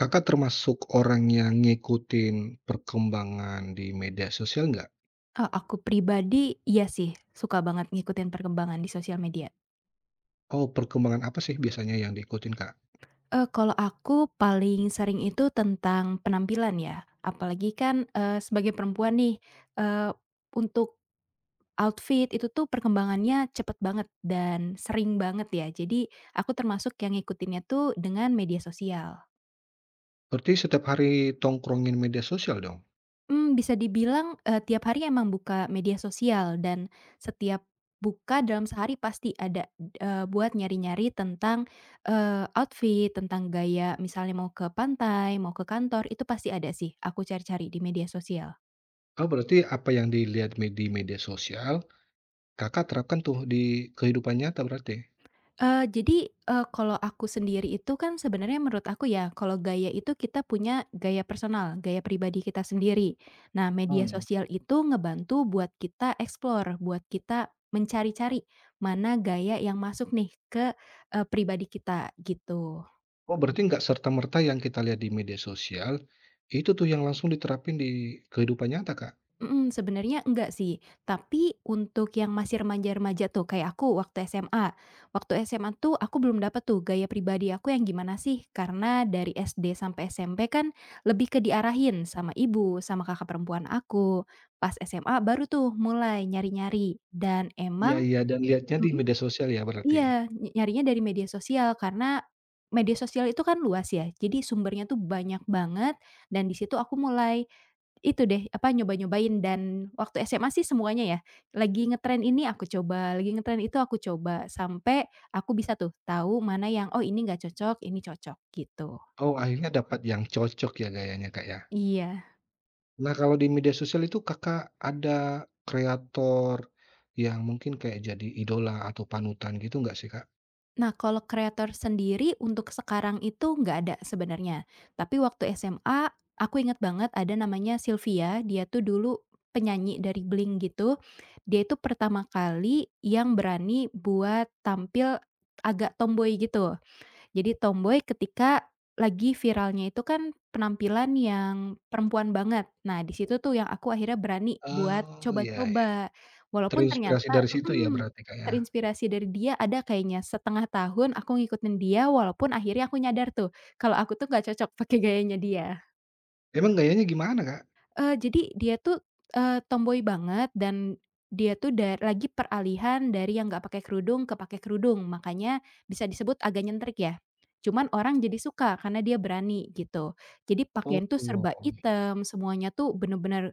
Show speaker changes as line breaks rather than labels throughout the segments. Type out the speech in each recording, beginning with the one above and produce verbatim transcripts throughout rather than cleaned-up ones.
Kakak termasuk orang yang ngikutin perkembangan di media sosial nggak?
Eee, aku pribadi, iya sih, suka banget ngikutin perkembangan di sosial media.
Oh, perkembangan apa sih biasanya yang diikutin, Kak?
Eee, kalau aku paling sering itu tentang penampilan ya, apalagi kan, eee, sebagai perempuan nih, eee, untuk outfit itu tuh perkembangannya cepet banget dan sering banget ya. Jadi, aku termasuk yang ngikutinnya tuh dengan media sosial.
Berarti setiap hari tongkrongin media sosial dong?
Mmm, bisa dibilang, eee, tiap hari emang buka media sosial dan setiap buka dalam sehari pasti ada, eee, buat nyari-nyari tentang, eee, outfit, tentang gaya misalnya mau ke pantai, mau ke kantor, itu pasti ada sih aku cari-cari di media sosial.
Oh, berarti apa yang dilihat me- di media sosial, Kakak terapkan tuh di kehidupan nyata berarti?
Eee, jadi, eee, kalau aku sendiri itu kan sebenarnya menurut aku ya, kalau gaya itu kita punya gaya personal, gaya pribadi kita sendiri. Nah, media
Hmm.
sosial itu ngebantu buat kita explore, buat kita mencari-cari mana gaya yang masuk nih ke, eee, pribadi kita, gitu.
Oh, berarti nggak serta-merta yang kita lihat di media sosial, itu tuh yang langsung diterapin di kehidupan nyata, Kak?
Mhm, sebenarnya enggak sih, tapi untuk yang masih remaja-remaja tuh kayak aku waktu S M A. Waktu S M A tuh aku belum dapet tuh gaya pribadi aku yang gimana sih, karena dari S D sampai S M P kan lebih ke diarahin sama ibu, sama kakak perempuan aku. Pas S M A baru tuh mulai nyari-nyari dan
Iya,
emang
iya, dan lihatnya di
mhm,
media sosial ya berarti?
iya, ny nyarinya dari media sosial karena media sosial itu kan luas ya, jadi sumbernya tuh banyak banget dan di situ aku mulai itu deh, apa, nyoba-nyobain dan waktu S M A sih semuanya ya, lagi ngetren ini aku coba, lagi ngetren itu aku coba, sampai aku bisa tuh tahu mana yang, "Oh ini nggak cocok, ini cocok," gitu.
Oh, akhirnya dapat yang cocok ya gayanya, Kak ya?
Iya.
Nah, kalau di media sosial itu Kakak ada kreator yang mungkin kayak jadi idola atau panutan gitu nggak sih, Kak?
Nah, kalau kreator sendiri untuk sekarang itu nggak ada sebenarnya, tapi waktu S M A aku inget banget ada namanya Sylvia, dia tuh dulu penyanyi dari Blink gitu, dia itu pertama kali yang berani buat tampil agak tomboy gitu. Jadi tomboy ketika lagi viralnya itu kan penampilan yang perempuan banget. Nah, di situ tuh yang aku akhirnya berani buat
Oh, iya iya.
coba-coba. Walaupun
Terinspirasi
ternyata
dari situ ya
mhm,
berarti, Kak, ya?
terinspirasi dari dia ada kayaknya setengah tahun aku ngikutin dia walaupun akhirnya aku nyadar tuh, kalau aku tuh nggak cocok pakai gayanya dia.
Emang gayanya gimana, Kak?
Eee, jadi dia tuh, eee, tomboy banget dan dia tuh da lagi peralihan dari yang nggak pakai kerudung ke pakai kerudung, makanya bisa disebut agak nyentrik ya. Cuman orang jadi suka karena dia berani gitu. Jadi
Oh,
pakaian tuh serba item, semuanya tuh bener-bener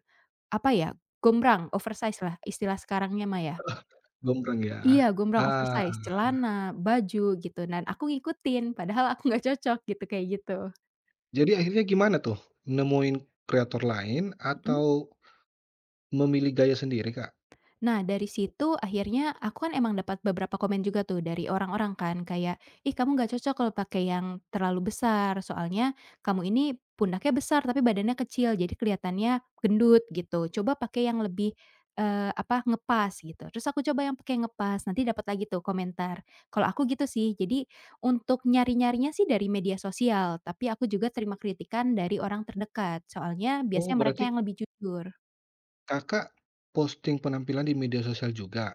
apa ya, gombrang, oversize lah istilah sekarangnya mah ya.
gombrong
Iya
ya?
gombrang
Ah,
oversize, celana, baju gitu dan aku ngikutin padahal aku nggak cocok gitu, kayak gitu.
jadi akhirnya gimana tuh? Nemuin kreator lain
Mhm.
atau memilih gaya sendiri, Kak?
Nah, dari situ akhirnya aku kan emang dapat beberapa komen juga tuh dari orang-orang kan kayak, "Ih, kamu nggak cocok kalau pakai yang terlalu besar, soalnya kamu ini pundaknya besar tapi badannya kecil, jadi kelihatannya gendut gitu. Coba pakai yang lebih, eee, apa, ngepas," gitu. Terus aku coba yang pakai ngepas, nanti dapat lagi tuh komentar. Kalau aku gitu sih, jadi untuk nyari-nyarinya sih dari media sosial, tapi aku juga terima kritikan dari orang terdekat, soalnya
Oh,
biasanya mereka
berarti
yang lebih jujur.
Kakak posting penampilan di media sosial juga?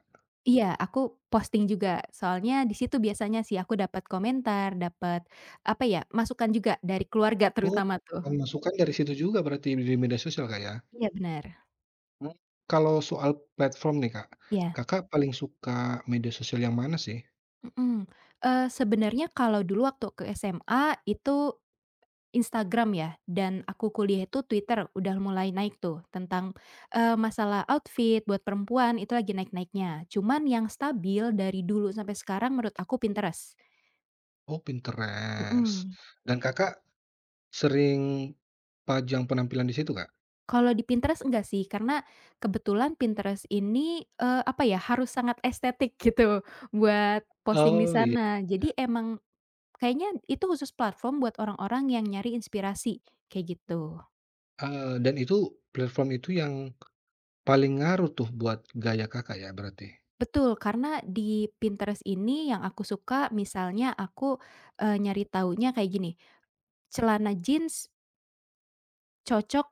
Iya, aku posting juga. Soalnya di situ biasanya sih aku dapat komentar, dapat, apa ya, masukan juga dari keluarga
Oh,
terutama tuh.
bukan masukan dari situ juga berarti di media sosial, Kak, ya?
Iya benar,
Mmm, kalau soal platform nih, Kak,
iya,
Kakak paling suka media sosial yang mana sih?
mhm. Eee, sebenarnya kalau dulu waktu ke S M A itu Instagram ya dan aku kuliah itu Twitter udah mulai naik tuh tentang, eee, masalah outfit buat perempuan itu lagi naik-naiknya. Cuman yang stabil dari dulu sampai sekarang menurut aku Pinterest,
Oh, Pinterest.
mhm.
Dan Kakak sering pajang penampilan di situ, Kak?
Kalau di Pinterest enggak sih, karena kebetulan Pinterest ini, eee, apa ya, harus sangat estetik gitu buat posting di
Oh, iya,
sana. Jadi emang kayaknya itu khusus platform buat orang-orang yang nyari inspirasi, kayak gitu.
eee, dan itu platform itu yang paling ngaruh tuh buat gaya Kakak ya berarti?
Betul, karena di Pinterest ini yang aku suka misalnya aku, eee, nyari taunya kayak gini, celana jeans cocok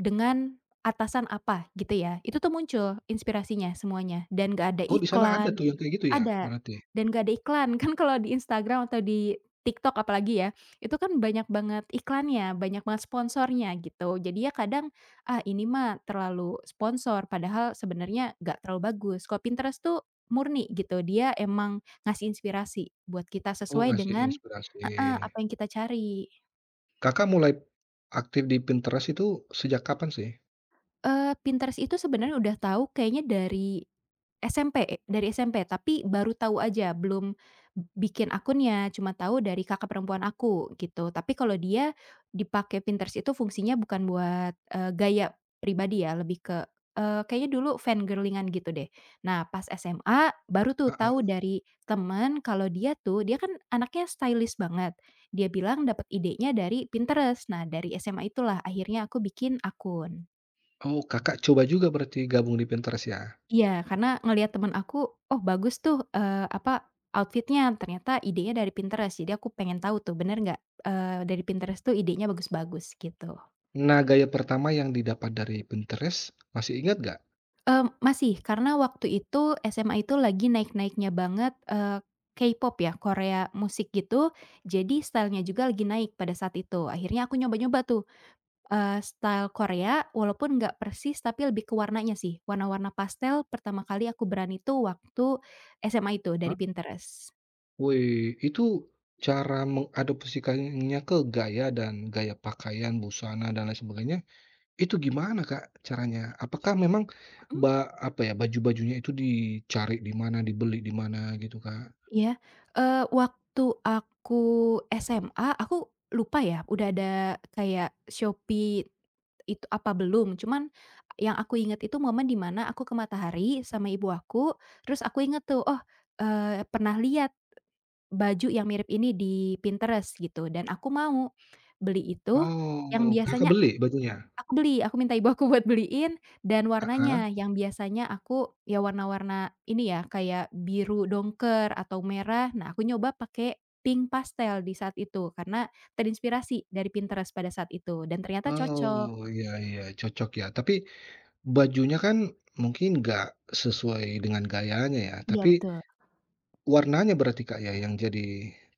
dengan atasan apa gitu ya, itu tuh muncul inspirasinya semuanya dan nggak ada
Oh, di sana ada
iklan.
tuh yang kayak gitu ya
Ada,
berarti?
dan gak ada iklan. Kan kalau di Instagram atau di TikTok apalagi ya, itu kan banyak banget iklannya, banyak banget sponsornya gitu. Jadi ya kadang, ah ini mah terlalu sponsor, padahal sebenarnya gak terlalu bagus. Kalau Pinterest tuh murni gitu, dia emang ngasih inspirasi buat kita
Oh,
sesuai
ngasih
dengan
inspirasi.
heeh, apa yang kita cari.
Kakak mulai aktif di Pinterest itu sejak kapan sih?
Eee, Pinterest itu sebenarnya udah tahu kayaknya dari S M P, dari S M P, tapi baru tahu aja, belum bikin akunnya, cuma tahu dari kakak perempuan aku, gitu. Tapi kalau dia dipakai Pinterest itu fungsinya bukan buat, eee, gaya pribadi ya, lebih ke, eee, kayaknya dulu fangirling-an gitu deh. Nah, pas S M A baru tuh tahu
Heeh.
dari temen kalau dia tuh, dia kan anaknya stylish banget. Dia bilang dapat idenya dari Pinterest. Nah, dari S M A itulah akhirnya aku bikin akun.
Oh, Kakak coba juga berarti gabung di Pinterest ya?
Iya, karena ngelihat teman aku, "Oh, bagus tuh, eee, apa, outfit-nya." Ternyata idenya dari Pinterest, jadi aku pengen tahu tuh bener nggak, eee, dari Pinterest tuh idenya bagus-bagus gitu.
Nah, gaya pertama yang didapat dari Pinterest, masih ingat nggak?
Mmm, masih, karena waktu itu S M A itu lagi naik-naiknya banget, eee, K pop ya, Korea musik gitu, jadi style-nya juga lagi naik pada saat itu. Akhirnya aku nyoba-nyoba tuh, eee, style Korea walaupun nggak persis tapi lebih ke warnanya sih, warna-warna pastel pertama kali aku berani tuh waktu S M A itu
Hah?
dari Pinterest.
Wih, itu cara mengadopsikannya ke gaya dan gaya pakaian, busana, dan lain sebagainya, itu gimana, Kak, caranya? Apakah memang
Mhm.
ba apa ya, baju-bajunya itu dicari di mana, dibeli di mana gitu, Kak?
Iya, eee, waktu aku S M A, aku lupa ya udah ada kayak Shopee itu apa belum, cuman yang aku inget itu momen di mana aku ke Matahari sama ibu aku, terus aku inget tuh, oh, eee, pernah lihat baju yang mirip ini di Pinterest gitu dan aku mau beli itu, yang
Oh, Kakak
biasanya
beli bajunya?
aku beli, aku minta ibu aku buat beliin dan
Heeh.
warnanya mhm, yang biasanya aku ya warna-warna ini ya, kayak biru dongker atau merah. Nah, aku nyoba pakai pink pastel di saat itu karena terinspirasi dari Pinterest pada saat itu dan ternyata cocok.
Oh, iya iya, cocok ya. Tapi bajunya kan mungkin nggak sesuai dengan gayanya ya,
Iya,
tapi
betul.
warnanya berarti, Kak, ya yang jadi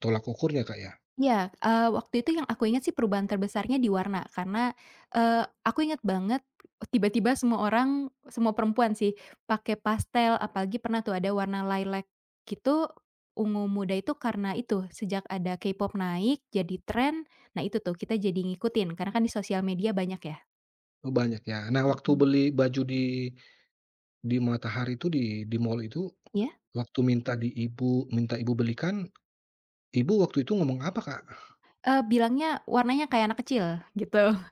tolak ukurnya, Kak, ya?
Iya, eee, waktu itu yang aku ingat sih perubahan terbesarnya di warna karena, eee, aku inget banget tiba-tiba semua orang, semua perempuan sih pakai pastel apalagi pernah tuh ada warna lilac gitu, ungu muda itu karena itu sejak ada K pop naik jadi tren, nah itu tuh kita jadi ngikutin karena kan di sosial media banyak ya,
Oh, banyak ya. Nah, waktu
mhm,
beli baju di di Matahari itu di di mall itu,
iya?
waktu minta di ibu minta ibu belikan, ibu waktu itu ngomong apa, Kak?
Eee, bilangnya warnanya kayak anak kecil gitu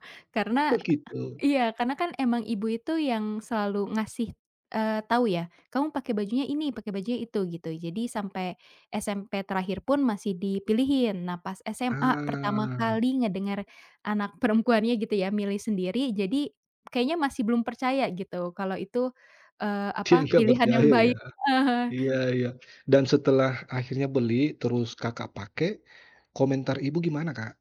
karena
Oh, gitu.
iya, karena kan emang ibu itu yang selalu ngasih, eee, tahu ya, "Kamu pakai bajunya ini, pakai bajunya itu," gitu. Jadi sampai S M P terakhir pun masih dipilihin. Nah pas S M A pertama
Ah,
kali ngedengar anak perempuannya gitu ya, milih sendiri, jadi kayaknya masih belum percaya gitu kalau itu, eee,
dia
apa,
nggak
pilihan yang
percaya
baik.
ya?
Heeh.
Iya iya. Dan setelah akhirnya beli, terus Kakak pakai, komentar ibu gimana, Kak?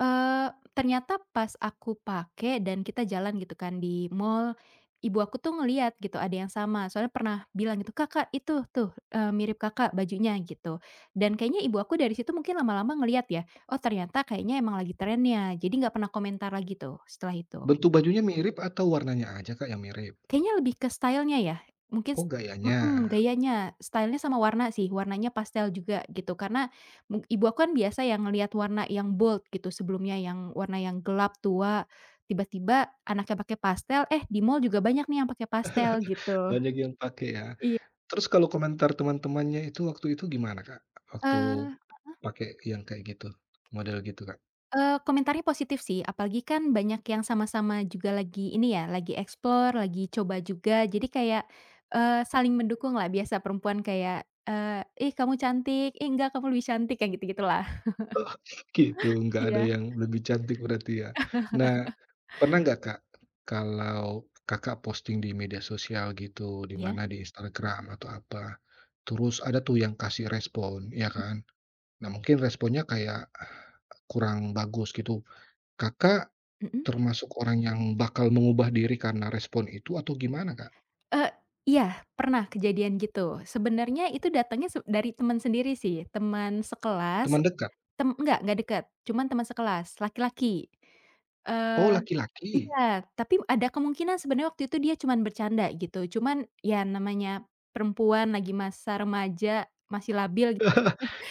Eee, ternyata pas aku pakai dan kita jalan gitu kan di mall, ibu aku tuh ngelihat gitu ada yang sama, soalnya pernah bilang gitu, "Kak Kak, itu tuh, eee, mirip Kakak bajunya," gitu. Dan kayaknya ibu aku dari situ mungkin lama-lama ngelihat ya, "Oh ternyata kayaknya emang lagi trennya," jadi nggak pernah komentar lagi tuh setelah itu.
Bentuk bajunya mirip atau warnanya aja, Kak, yang mirip?
Kayaknya lebih ke style-nya ya, mungkin
Oh,
s mhm,
gayanya.
gayanya, style-nya sama warna sih, warnanya pastel juga gitu, karena mu ibu aku kan biasa yang ngelihat warna yang bold gitu sebelumnya, yang warna yang gelap, tua, tiba-tiba anaknya pakai pastel, eh, di mall juga banyak nih yang pakai pastel gitu.
Banyak yang pakai ya?
Iya,
Terus kalau komentar teman-temannya itu waktu itu gimana, Kak? Waktu
eee
pakai yang kayak gitu, model gitu, Kak?
Eee, komentarnya positif sih, apalagi kan banyak yang sama-sama juga lagi ini ya, lagi explore, lagi coba juga, jadi kayak, eee, saling mendukung lah, biasa perempuan kayak, eee, "Ih kamu cantik, ih enggak kamu lebih cantik," kayak gitu-gitulah.
Oh, gitu, nggak ada
Iya.
yang lebih cantik berarti ya. Nah, pernah nggak, Kak, kalau Kakak posting di media sosial gitu, di
Iya,
mana, di Instagram atau apa, terus ada tuh yang kasih respon, ya
mhm
kan? Nah, mungkin responnya kayak ah, kurang bagus gitu. Kakak
mhm,
termasuk orang yang bakal mengubah diri karena respon itu atau gimana, Kak?
eee, iya pernah kejadian gitu. Sebenarnya itu datangnya se dari teman sendiri sih, teman sekelas,
Teman dekat?
tem enggak enggak deket, cuman teman sekelas, laki-laki.
Oh,
Eee
laki-laki?
Iya, tapi ada kemungkinan sebenarnya waktu itu dia cuman bercanda gitu, cuman ya namanya perempuan lagi masa remaja, masih labil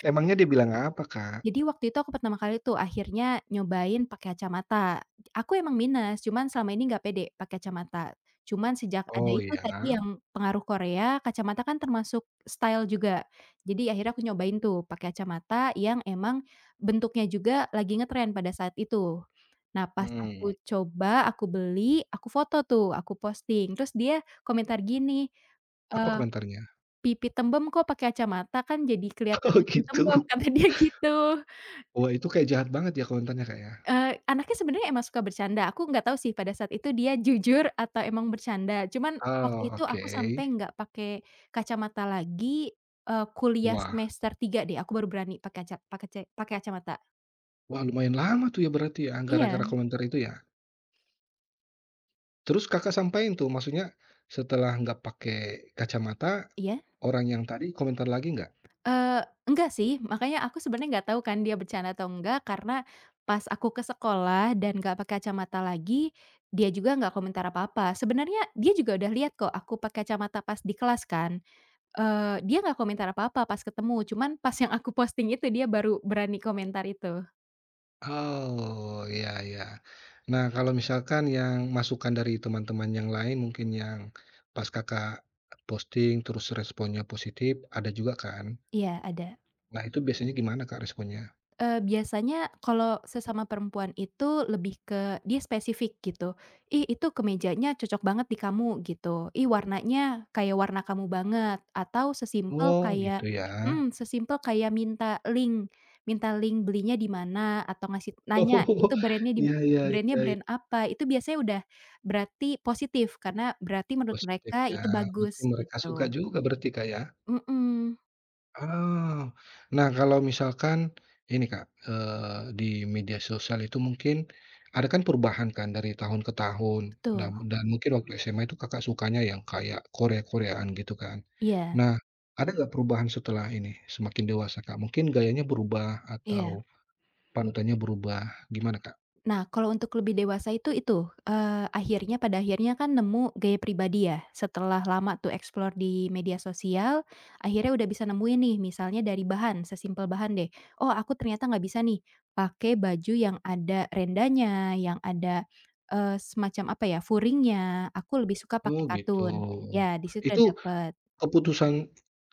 Emangnya dia bilang apa, Kak?
jadi waktu itu aku pertama kali tuh akhirnya nyobain pakai kacamata. Aku emang minus, cuman selama ini nggak pede pakai kacamata. Cuman sejak ada
Oh,
itu tadi
ya?
yang pengaruh Korea, kacamata kan termasuk style juga. Jadi akhirnya aku nyobain tuh pakai kacamata yang emang bentuknya juga lagi ngetren pada saat itu. Nah pas
Mmm,
aku coba, aku beli, aku foto tuh, aku posting. Terus dia komentar gini,
apa
eee,
komentarnya?
"Pipi tembem kok pakai kacamata, kan jadi kelihatan
Oh,
makin
gitu.
tembem," kata dia gitu.
Wah, itu kayak jahat banget ya komentarnya, Kak, ya?
Eee, anaknya sebenarnya emang suka bercanda, aku nggak tahu sih pada saat itu dia jujur atau emang bercanda. Cuman
Oh,
waktu itu
oke.
aku sampai nggak pakai kacamata lagi, eee, kuliah
Wah,
semester tiga deh, aku baru berani pakai aca pakai ce pakai kacamata.
wah, lumayan lama tuh ya berarti ya,
Iya
gara-gara komentar itu ya? Terus Kakak sampein tuh, maksudnya setelah nggak pakai kacamata,
iya,
orang yang tadi komentar lagi nggak?
eee, enggak sih, makanya aku sebenarnya nggak tahu kan dia bercanda atau enggak, karena pas aku ke sekolah dan nggak pakai kacamata lagi, dia juga nggak komentar apa-apa. Sebenarnya dia juga udah lihat kok aku pakai kacamata pas di kelas kan. Eee, dia nggak komentar apa-apa pas ketemu, cuman pas yang aku posting itu dia baru berani komentar itu.
Oh, iya iya. Nah, kalau misalkan yang masukan dari teman-teman yang lain mungkin yang pas Kakak posting terus responnya positif, ada juga kan?
Iya, ada.
Nah, itu biasanya gimana, Kak, responnya?
Eee, biasanya kalau sesama perempuan itu lebih ke dia spesifik gitu, "Ih itu kemejanya cocok banget di kamu," gitu, "Ih warnanya kayak warna kamu banget," atau sesimpel
Oh, gitu
kayak
ya.
mmm, sesimpel kayak minta link minta link belinya di mana atau ngasih nanya,
Oh,
"Itu brand-nya di
iya iya
brand-nya
iya iya,
brand apa?" Itu biasanya udah berarti positif karena berarti menurut
positif
mereka
ya,
itu
berarti
bagus
mereka suka
gitu.
juga berarti, Kak, ya?
Mhm,
Ah, nah, kalau misalkan ini, Kak, eee, di media sosial itu mungkin ada kan perubahan kan dari tahun ke tahun dan
betul.
dan mungkin waktu S M A itu Kakak sukanya yang kayak Korea-Koreaan gitu kan.
Iya
Nah, ada nggak perubahan setelah ini, semakin dewasa, Kak? Mungkin gayanya berubah
iya.
atau panutannya berubah, gimana, Kak?
Nah, kalau untuk lebih dewasa itu itu, eee, akhirnya pada akhirnya kan nemu gaya pribadi ya, setelah lama tuh explore di media sosial, akhirnya udah bisa nemuin nih misalnya dari bahan, sesimpel bahan deh, "Oh aku ternyata nggak bisa nih pakai baju yang ada rendanya, yang ada, eee, semacam apa ya, furingnya, aku lebih suka
Oh,
pakai
gitu.
katun." Ya di situ udah
Itu
dapet.
keputusan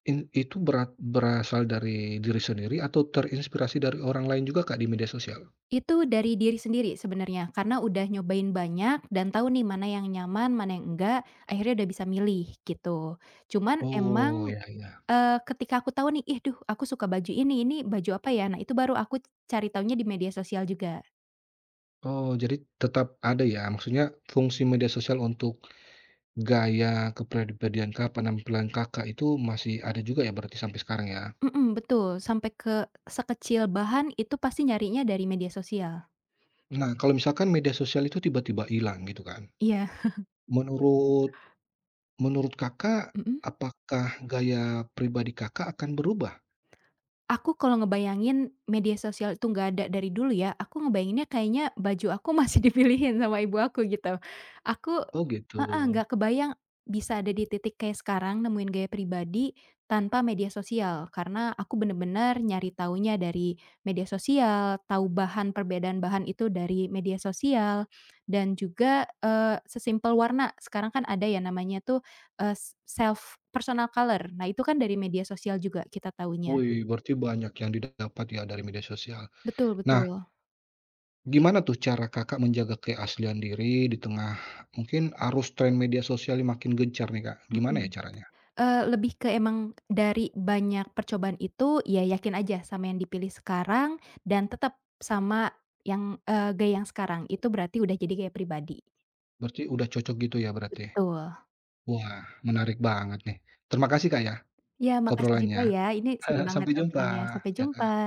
in itu berat berasal dari diri sendiri atau terinspirasi dari orang lain juga, Kak, di media sosial?
Itu dari diri sendiri sebenarnya, karena udah nyobain banyak dan tahu nih mana yang nyaman, mana yang enggak, akhirnya udah bisa milih gitu. Cuman
Oh,
emang,
ya ya.
eee, ketika aku tahu nih, "Ih, duh aku suka baju ini, ini baju apa ya?" Nah, itu baru aku cari tahunya di media sosial juga.
Oh, jadi tetap ada ya, maksudnya fungsi media sosial untuk gaya kepribadian, Kak, penampilan Kakak itu masih ada juga ya berarti sampai sekarang ya?
Mhm, betul, sampai ke sekecil bahan itu pasti nyarinya dari media sosial.
Nah, kalau misalkan media sosial itu tiba-tiba hilang gitu kan,
Iya,
menurut menurut Kakak,
mhm.
apakah gaya pribadi Kakak akan berubah?
Aku kalau ngebayangin media sosial itu nggak ada dari dulu ya, aku ngebayanginnya kayaknya baju aku masih dipilihin sama ibu aku gitu. Aku
Oh, gitu.
heeh, nggak kebayang bisa ada di titik kayak sekarang nemuin gaya pribadi tanpa media sosial, karena aku bener-bener nyari taunya dari media sosial, tahu bahan perbedaan bahan itu dari media sosial, dan juga, eee, sesimpel warna, sekarang kan ada ya namanya tuh, eee, self personal color. Nah, itu kan dari media sosial juga kita tahunya.
Wih, berarti banyak yang didapat ya dari media sosial.
Betul
Nah,
betul,
gimana tuh cara Kakak menjaga keaslian diri di tengah mungkin arus tren media sosial yang makin gencar nih, Kak? Gimana
mhm,
ya caranya?
eee, lebih ke emang dari banyak percobaan itu, ya yakin aja sama yang dipilih sekarang dan tetap sama yang, eee, gaya yang sekarang, itu berarti udah jadi gaya pribadi.
Berarti udah cocok gitu ya berarti?
Betul.
Wah, menarik banget nih. Terima kasih, Kak, ya
Ya makasih juga
obrolannya.
ya, ini seru banget
Sampai jumpa,
obrolannya, sampai
ya,
jumpa.
Kak.